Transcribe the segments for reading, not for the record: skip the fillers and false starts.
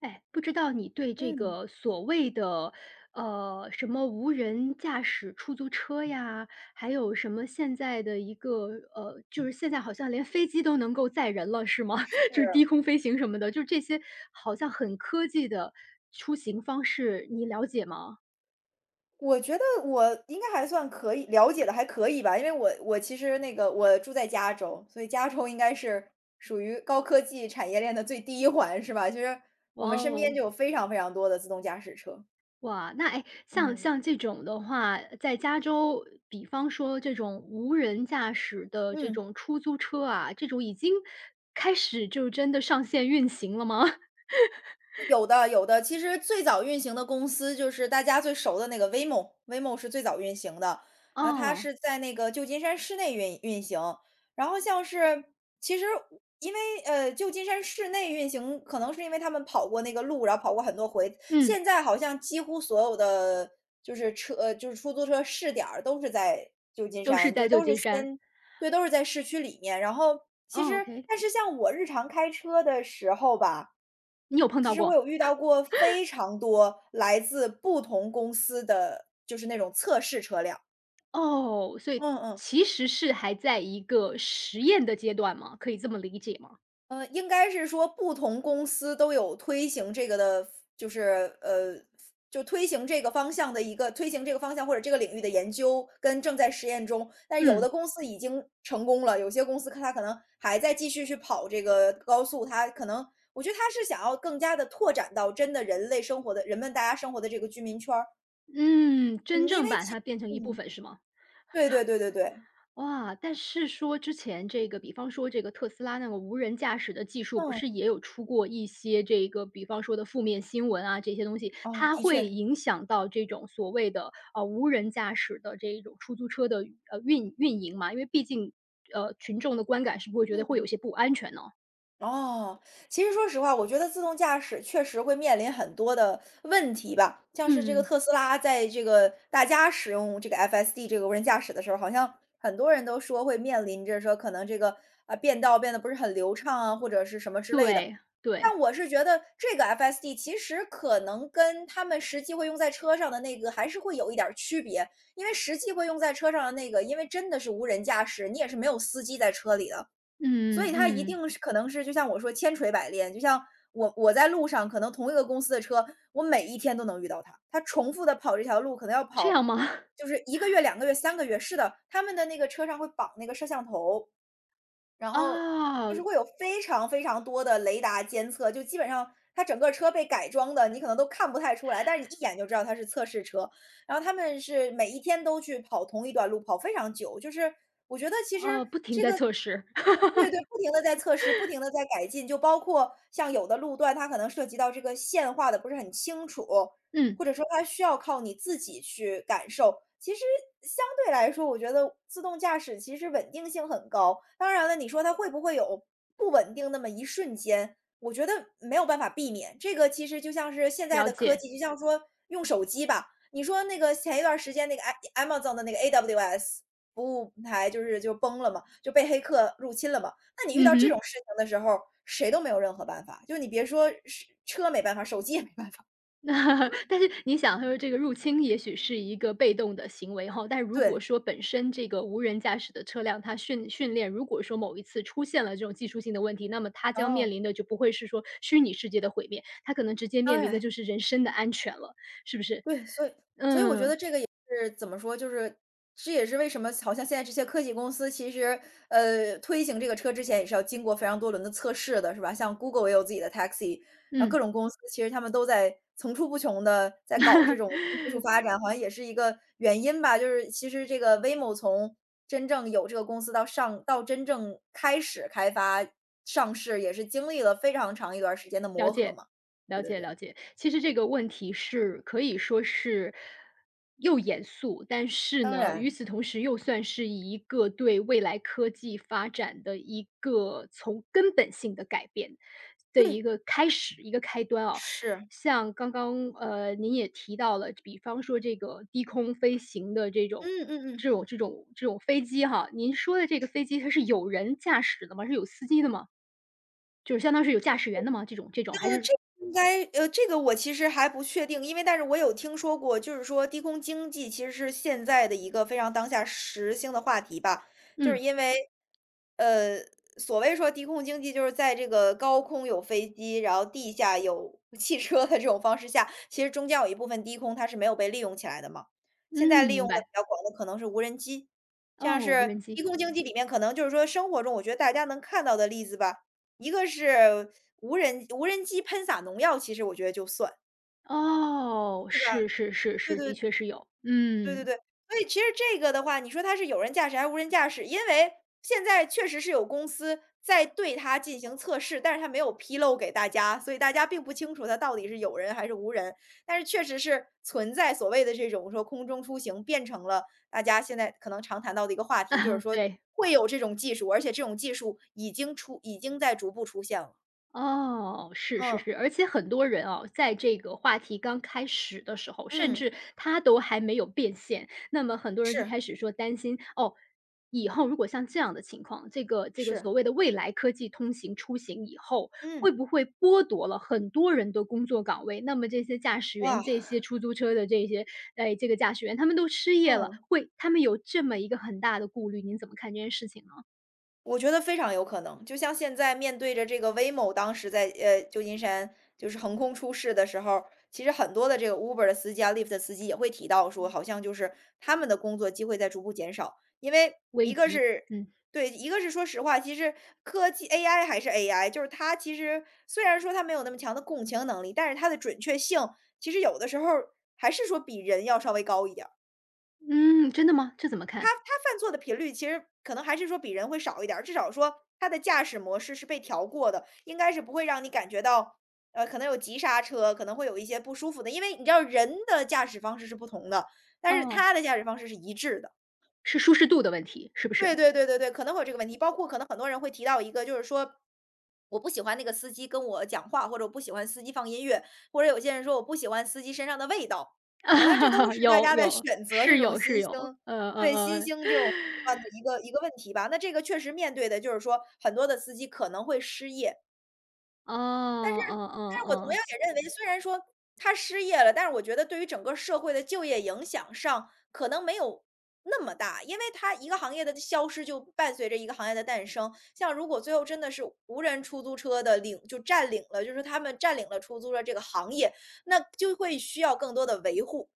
哎，不知道你对这嗯，个所谓的，什么无人驾驶出租车呀，还有什么现在的一个，就是现在好像连飞机都能够载人了，是吗？就是是。低空飞行什么的，就是这些好像很科技的出行方式，你了解吗？我觉得我应该还算可以，了解的还可以吧。因为我其实那个我住在加州，所以加州应该是属于高科技产业链的最低一环，是吧？其实我哇们身边哦！就有非常非常多的自动驾驶车。哇，那哎，像嗯，像这种的话，在加州，比方说这种无人驾驶的这嗯。种出租车啊，这种已经开始就真的上线运行了吗？有的有的，其实最早运行的公司就是大家最熟的那个 Waymo，Waymo 是最早运行的，然后它哦，是在那个旧金山市内运行，然后像是其实因为旧金山市内运行，可能是因为他们跑过那个路，然后跑过很多回，嗯，现在好像几乎所有的就是车就是出租车试点儿都是在旧金都是山，就在旧都是金山。先对，都是在市区里面，然后其哦实，OK，但是像我日常开车的时候吧。你有碰其到实我过？有遇到过非常多来自不同公司的，就是那种测试车辆。哦，所以嗯嗯，其实是还在一个实验的阶段吗？可以这么理解吗？嗯，应该是说不同公司都有推行这个的，就是就推行这个方向的一个推行这个方向或者这个领域的研究跟正在实验中。但是有的嗯，公司已经成功了，有些公司它可能还在继续去跑这个高速，它可能我觉得它是想要更加的拓展到真的人类生活的人们大家生活的这个居民圈儿。嗯，真嗯，因正为把其它变成一部嗯。分是吗？对对对对对，哇，但是说之前这个比方说这个特斯拉那个无人驾驶的技术，不是嗯，也有出过一些这个比方说的负面新闻啊，这些东西，哦，它的会确，影响到这种所谓的，无人驾驶的这种出租车的，运营嘛，因为毕竟，群众的观感是不会觉得会嗯。有些不安全呢？哦，其实说实话，我觉得自动驾驶确实会面临很多的问题吧，像是这个嗯。特斯拉在这个大家使用这个 FSD 这个无人驾驶的时候，好像很多人都说会面临着说可能这个啊变道变得不是很流畅啊，或者是什么之类的。对，对，但我是觉得这个 FSD 其实可能跟他们实际会用在车上的那个还是会有一点儿区别，因为实际会用在车上的那个，因为真的是无人驾驶，你也是没有司机在车里的。嗯所以它一嗯，定是可能是就像我说千锤百炼，就像我在路上可能同一个公司的车，我每一天都能遇到它，它重复的跑这条路，可能要这跑样吗？就是一个月、两个月、三个月。是的，他们的那个车上会绑那个摄像头。然后就啊是会有非常非常多的雷达监测，就基本上它整个车被改装的，你可能都看不太出来，但是你一眼就知道它是测试车。然后他们是每一天都去跑同一段路，跑非常久，就是我觉得其实哦，不停这在个测试，对对，不停的在测试，不停的在改进，就包括像有的路段，它可能涉及到这个线画的不是很清楚，嗯，或者说它需要靠你自己去感受。其实相对来说，我觉得自动驾驶其实稳定性很高。当然了，你说它会不会有不稳定那么一瞬间，我觉得没有办法避免。这个其实就像是现在了的科解，技，就像说用手机吧，你说那个前一段时间那个 Amazon 的那个 AWS 服务平台就是就崩了嘛，就被黑客入侵了嘛。那你遇嗯到这种哼。事情的时候，谁都没有任何办法，就你别说是车没办法，手机也没办法。那但是你想，他说这个入侵也许是一个被动的行为哈，但 如果对，说本身这个无人驾驶的车辆，它训练，如果说某一次出现了这种技术性的问题，那么它将哦。面临的就不会是说虚拟世界的毁灭，它可能直接当面临的然，就是人身的安全了，是不是？对，所以所以我觉嗯，得这个也是怎么说，就是这也是为什么好像现在这些科技公司其实，推行这个车之前也是要经过非常多轮的测试的，是吧？像 Google 也有自己的 Taxi，然后各嗯。种公司其实他们都在层出不穷的在搞这种 新技术发展，好像也是一个原因吧。就是其实这个 Waymo 从真正有这个公司到上到真正开始开发上市，也是经历了非常长一段时间的磨了合解，嘛。对了对解，对，了解。其实这个问题是可以说是又严肃，但是当呢，与然，此同时又算是一个对未来科技发展的一个从根本性的改变的一对。个开始，一个开端啊。是，像刚刚您也提到了，比方说这个低空飞行的这种。嗯嗯嗯。这种飞机哈，您说的这个飞机它是有人驾驶的吗？是有司机的吗？就是相当是有驾驶员的吗？这种还那是这应该这个我其实还不确定，因为但是我有听说过，就是说低空经济其实是现在的一个非常当下时兴的话题吧。就是嗯，因为，呃，所谓说低空经济，就是在这个高空有飞机，然后地下有 汽车的这种方式下，其实中间有一部分低空它是没有被利用起来的嘛。现在嗯，利用明的比白。较广的可能是无人机，像哦，无是人低机。空经济里面可能就是说生活中我觉得大家能看到的例子吧，一个是无人机喷洒农药，其实我觉得就算，哦，对吧？是是是对是，的对确是有，对对嗯，对，所以其实这个的话，你说它是有人驾驶还是无人驾驶？因为现在确实是有公司在对它进行测试，但是它没有披露给大家，所以大家并不清楚它到底是有人还是无人。但是确实是存在所谓的这种说空中出行，变成了大家现在可能常谈到的一个话题，就是 说对。会有这种技术，而且这种技术已经出已经在逐步出现了。哦，是是嗯是，而且很多人哦，在这个话题刚开始的时候，甚嗯，至他都还没有变现，那么很多人就是。开始说担心，哦，以后如果像这样的情况，这个是，所谓的未来科技通行出行以后，嗯，会不会剥夺了很多人的工作岗位？那么这些驾驶员、哇，这些出租车的这些，哎，这个驾驶员他们都失业了，嗯，会，他们有这么一个很大的顾虑，您怎么看这件事情呢？我觉得非常有可能。就像现在面对着这个 w a m o 当时在旧金山就是横空出世的时候，其实很多的这个 Uber 的司机啊、Lyft 的司机也会提到说，好像就是他们的工作机会在逐步减少，因为危一个机，是嗯对，一个是说实话，其实科技 AI 还是 AI，就是它其实虽然说它没有那么强的共情能力，但是它的准确性其实有的时候还是说比人要稍微高一点儿。嗯，真的吗？这怎么他看？他犯错的频率其实可能还是说比人会少一点儿，至少说他的驾驶模式是被调过的，应该是不会让你感觉到，可能有急刹车，可能会有一些不舒服的。因为你知道人的驾驶方式是不同的，但是哦。他的驾驶方式是一致的。是舒适度的问题，是不对是？对对对对，可能会有这个问题。包括可能很多人会提到一个，就是说，我不喜欢那个司机跟我讲话，或者我不喜欢司机放音乐，或者有些人说我不喜欢司机身上的味道，好像这都 是大有家在有，选择这是种有新是兴有，对，新兴这种习 惯的一个问题吧。那这个确实面对的就是说，很多的司机可能会失业，哦，但哦是我同哦样也认为，虽然说他失业了，但是我觉得对于整个社会的就业影响上，可能没有那么大，因为它一个行业的消失就伴随着一个行业的诞生。像如果最后真的是无人出租车的领就占领了，就是他们占领了出租车这个行业，那就会需要更多的维护。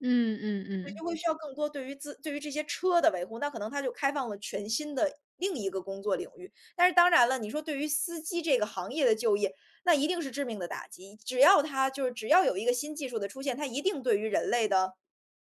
嗯，嗯嗯就嗯。会需要更多对于自对于这些车的维护，那可能它就开放了全新的另一个工作领域。但是当然了，你说对于司机这个行业的就业，那一定是致命的打击。只要它就是只要有一个新技术的出现，它一定对于人类的，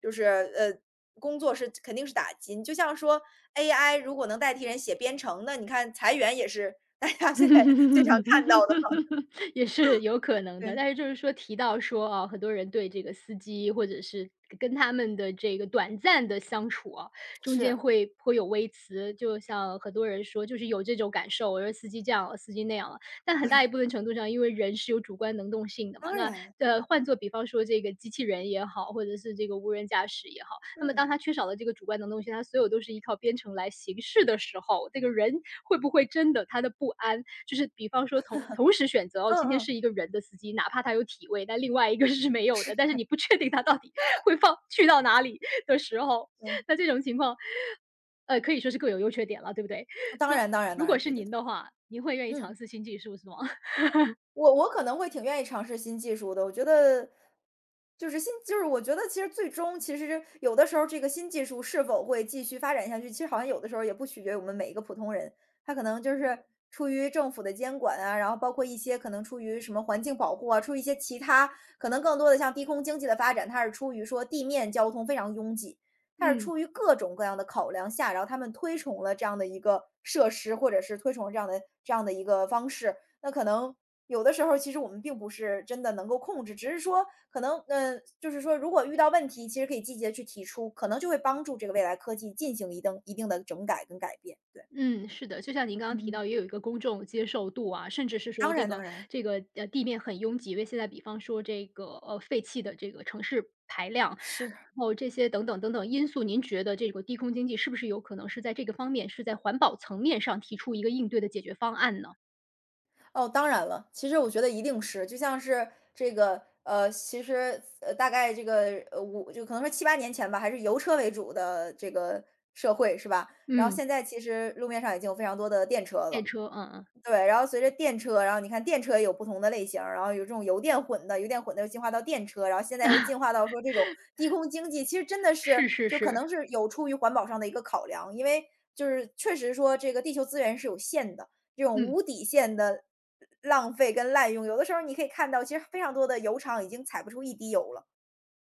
就是呃工作是肯定是打击。你就像说 AI 如果能代替人写编程，那你看裁员也是大家现在 最常看到的。 也是有可能的。对，但是就是说提到说，啊，很多人对这个司机或者是跟他们的这个短暂的相处啊，中间是，会颇有微词。就像很多人说，就是有这种感受，我说司机这样了，司机那样了。但很大一对，部分程度上，因为人是有主观能动性的嘛，当那，然，呃，换做比方说这个机器人也好，或者是这个无人驾驶也好。那么当嗯他缺少了这个主观能动性，他所有都是依靠编程来行事的时候，这个人会不会真的他的不安，就是比方说同时选择哦，嗯今天嗯，是一个人的司机，哪怕他有体位，但另外一个是没有是，的，但是你不确定他到底会放去到哪里的时候，对，那这种情况，呃，可以说是各有优缺点了，对不对？当那然当然如当果然，是对对您对，的话，您会愿意尝嗯。试新技术是吗？我可能会挺愿意尝试新技术的。我觉得就是新就是我觉得其实最终其实有的时候这个新技术是否会继续发展下去，其实好像有的时候也不取决于我们每一个普通人。他可能就是出于政府的监管啊，然后包括一些可能出于什么环境保护啊，出于一些其他，可能更多的像低空经济的发展，它是出于说地面交通非常拥挤，它是嗯。出于各种各样的考量下，然后他们推崇了这样的一个设施，或者是推崇了这样的一个方式。那可能有的时候，其实我们并不是真的能够控制，只是说可能，就是说，如果遇到问题，其实可以积极的去提出，可能就会帮助这个未来科技进行一定一定的整改跟改变。对，嗯，是的，就像您刚嗯，刚提嗯，到，也有一个公众接受度啊，甚至是当说这然，当个然这个地面很拥挤，因为现在比方说这个废弃的这个城市排量，然是。后这些等等等等因素，您觉得这个低空经济是不是有可能是在这个方面，是在环保层面上提出一个应对的解决方案呢？哦，当然了，其实我觉得一定是。就像是这个，其实大概这个就可能说七八年前吧，还是油车为主的这个社会是吧？然后嗯，现在其实路面上已经有非常多的电车电了。车，嗯嗯，对，然后随着电车，然后你看电车也有不同的类型儿，然后有这种油电混的，油电混的又进化到电车，然后现在又进化到说这种低空经济。其实真的是是是就可是，能是有出于环保上的一个考量，因为就是确实说这个地球资源是有限的，这种嗯，无底线的浪费跟滥用，有的时候你可以看到，其实非常多的油厂已经采不出一滴油了。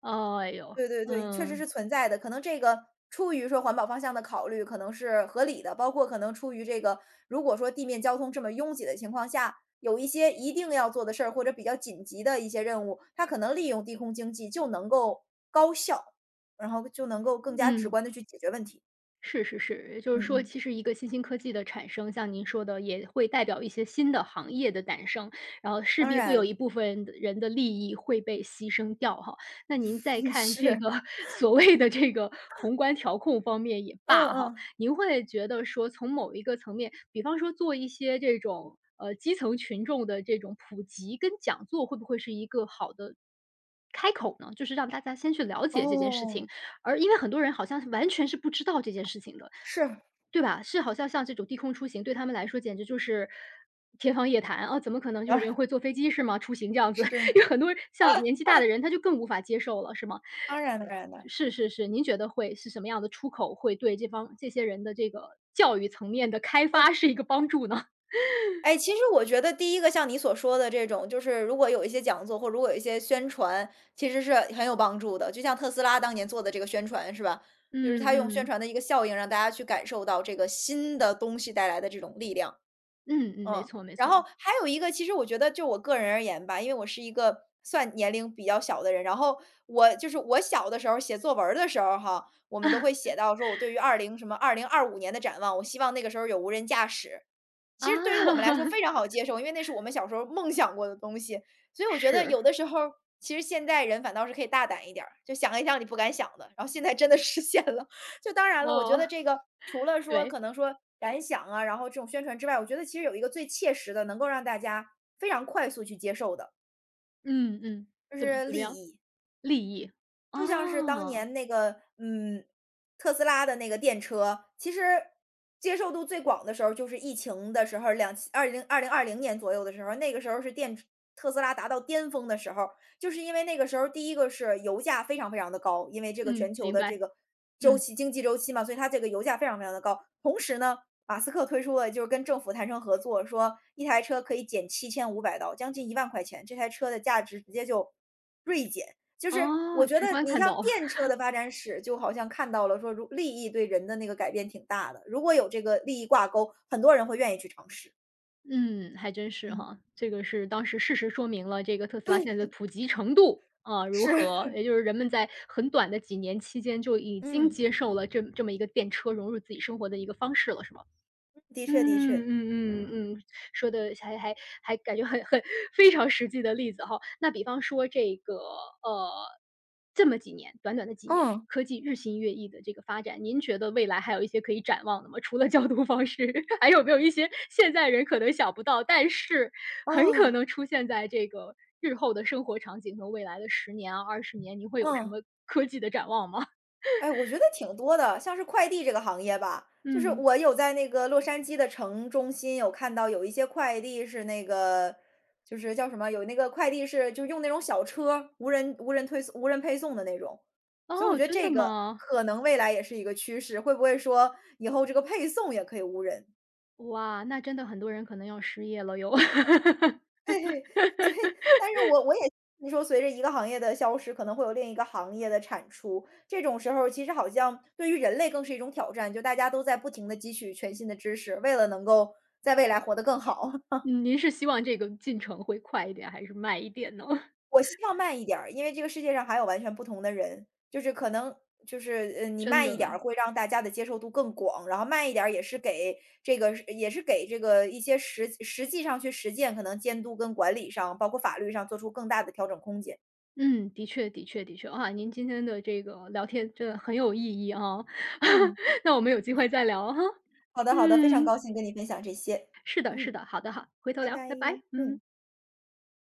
哎呦，对对对，确实是嗯存在的。可能这个出于说环保方向的考虑，可能是合理的。包括可能出于这个，如果说地面交通这么拥挤的情况下，有一些一定要做的事儿或者比较紧急的一些任务，它可能利用低空经济就能够高效，然后就能够更加直嗯。观的去解决问题。是是是，也就嗯是说，嗯，其实一个新兴科技的产生，像您说的，也会代表一些新的行业的诞生，然后势当必会有一然 部分的人的利益会被牺牲掉哈。那您再 看这是，个 所谓的这个宏观调控方面也嗯罢哈，嗯，您会觉得说，从某一个层面，比方说做一些这种基层群众的这种普及跟讲座，会不会是一个好的开口呢？就是让大家先去了解这件事情，哦，而因为很多人好像完全是不知道这件事情的，是，对吧？是好像这种低空出行，对他们来说简直就是天方夜谭啊！怎么可能就当是然 人会坐飞机是吗？出行这 样子，是，有很多像年纪大的人，他就更无法接受了，是吗？当然当然的，是是是，您觉得会是什么样的出口，会对这些人的这个教育层面的开嗯。发是一个帮助呢？哎，其实我觉得第一个像你所说的这种，就是如果有一些讲座，或如果有一些宣传，其实是很有帮助的。就像特斯拉当年做的这个宣传，是吧？就是嗯他用宣嗯。传的一个效应，让大家去感受到这个新的东西带来的这种力量。嗯嗯，没嗯。错没然错。后还有一个，其实我觉得就我个人而言吧，因为我是一个算年龄比较小的人，然后我就是我小的时候写作文儿的时候哈，我们都会写到说我对于2025年的展望，我希望那个时候有无人驾驶。啊，其实对于我们来说非常 好接受，因为那是我们小时候梦想过的东西。所以我觉得是，有的时候，其实现在人反倒是可以大胆一点儿，就想一想你不敢想的，然后现在真的实现了。就当然了，我觉哦，得这个除了说对，可能说敢想啊，然后这种宣传之外，我觉得其实有一个最切实的，能够让大家非常快速去接受的，嗯嗯，就怎么是怎么利样？益。利益，就像是当哦，年那个，嗯，特斯拉的那个电车，其实接受度最广的时候就是疫情的时候，两千2 0 2 0 2 0年左右的时候，那个时候是特斯拉达到巅峰的时候。就是因为那个时候，第一个是油价非常非常的高，因为这个全嗯，球明的这白，个周嗯，期经济周期嘛，所以它这个油价非常非常的高。同时呢，马斯克推出了就是跟政府谈成合作，说一台车可以减7500刀，将近1万块钱，这台车的价值直接就锐减。就是哦，我觉直得观你看像到，电车的发展史，就好像看到了说如利益对人的那个改变挺大的，如果有这个利益挂钩，很多人会愿意去尝试。嗯，还真是嗯。哈，这个是当时事实说明了这个特斯拉对，现在的普及程度，啊，如是，何，也就是人们在很短的几年期间就已经嗯。接受了这么一个电车融入自己生活的一个方式了，是吗？的确的嗯确。嗯嗯嗯，说的还感觉很非常实际的例子哈。那比方说这个，呃，这么几年，短短的几年，嗯。科技日新月异的这个发展，您觉得未来还有一些可以展望的吗？除了交通 方式，还有没有一些现在人可能想不到，但是很可啊，能出现在这个日后的生活场景和未来的10年啊、20年，您会有什嗯。么科技的展望吗？哎，我觉得挺多的，像是快递这个行业吧。就是嗯，我有在那个洛杉矶的城中心有看到有一些快递是那个，就是叫什么，有那个快递是就用那种小车，无人配送的那种，所以我哦，觉得真的这个吗？可能未来也是一个趋势，会不会说以后这个配送也可以无人？哇，那真的很多人可能要失业了哟。对。所以 但是我也，你说随着一个行业的消失，可能会有另一个行业的产出。这种时候其实好像对于人类更是一种挑战，就大家都在不停的汲取全新的知识，为了能够在未来活得更好。嗯，您是希望这个进程会快一点还是慢一点呢？我希望慢一点儿，因为这个世界上还有完全不同的人，就是可能就是你真慢一的，点儿会让大家的接受度更广，然后慢一点儿也是给这个一些实际上去实践，可能监督跟管理上，包括法律上做出更大的调整空间。嗯，的确的确的确，啊，您今天的这个聊天真的很有意义啊，嗯。那我们有机会再聊哈。好的好的，非常嗯，高兴跟你分享这些。是的是嗯，的，好的好，回头拜聊，拜，拜拜，嗯。嗯。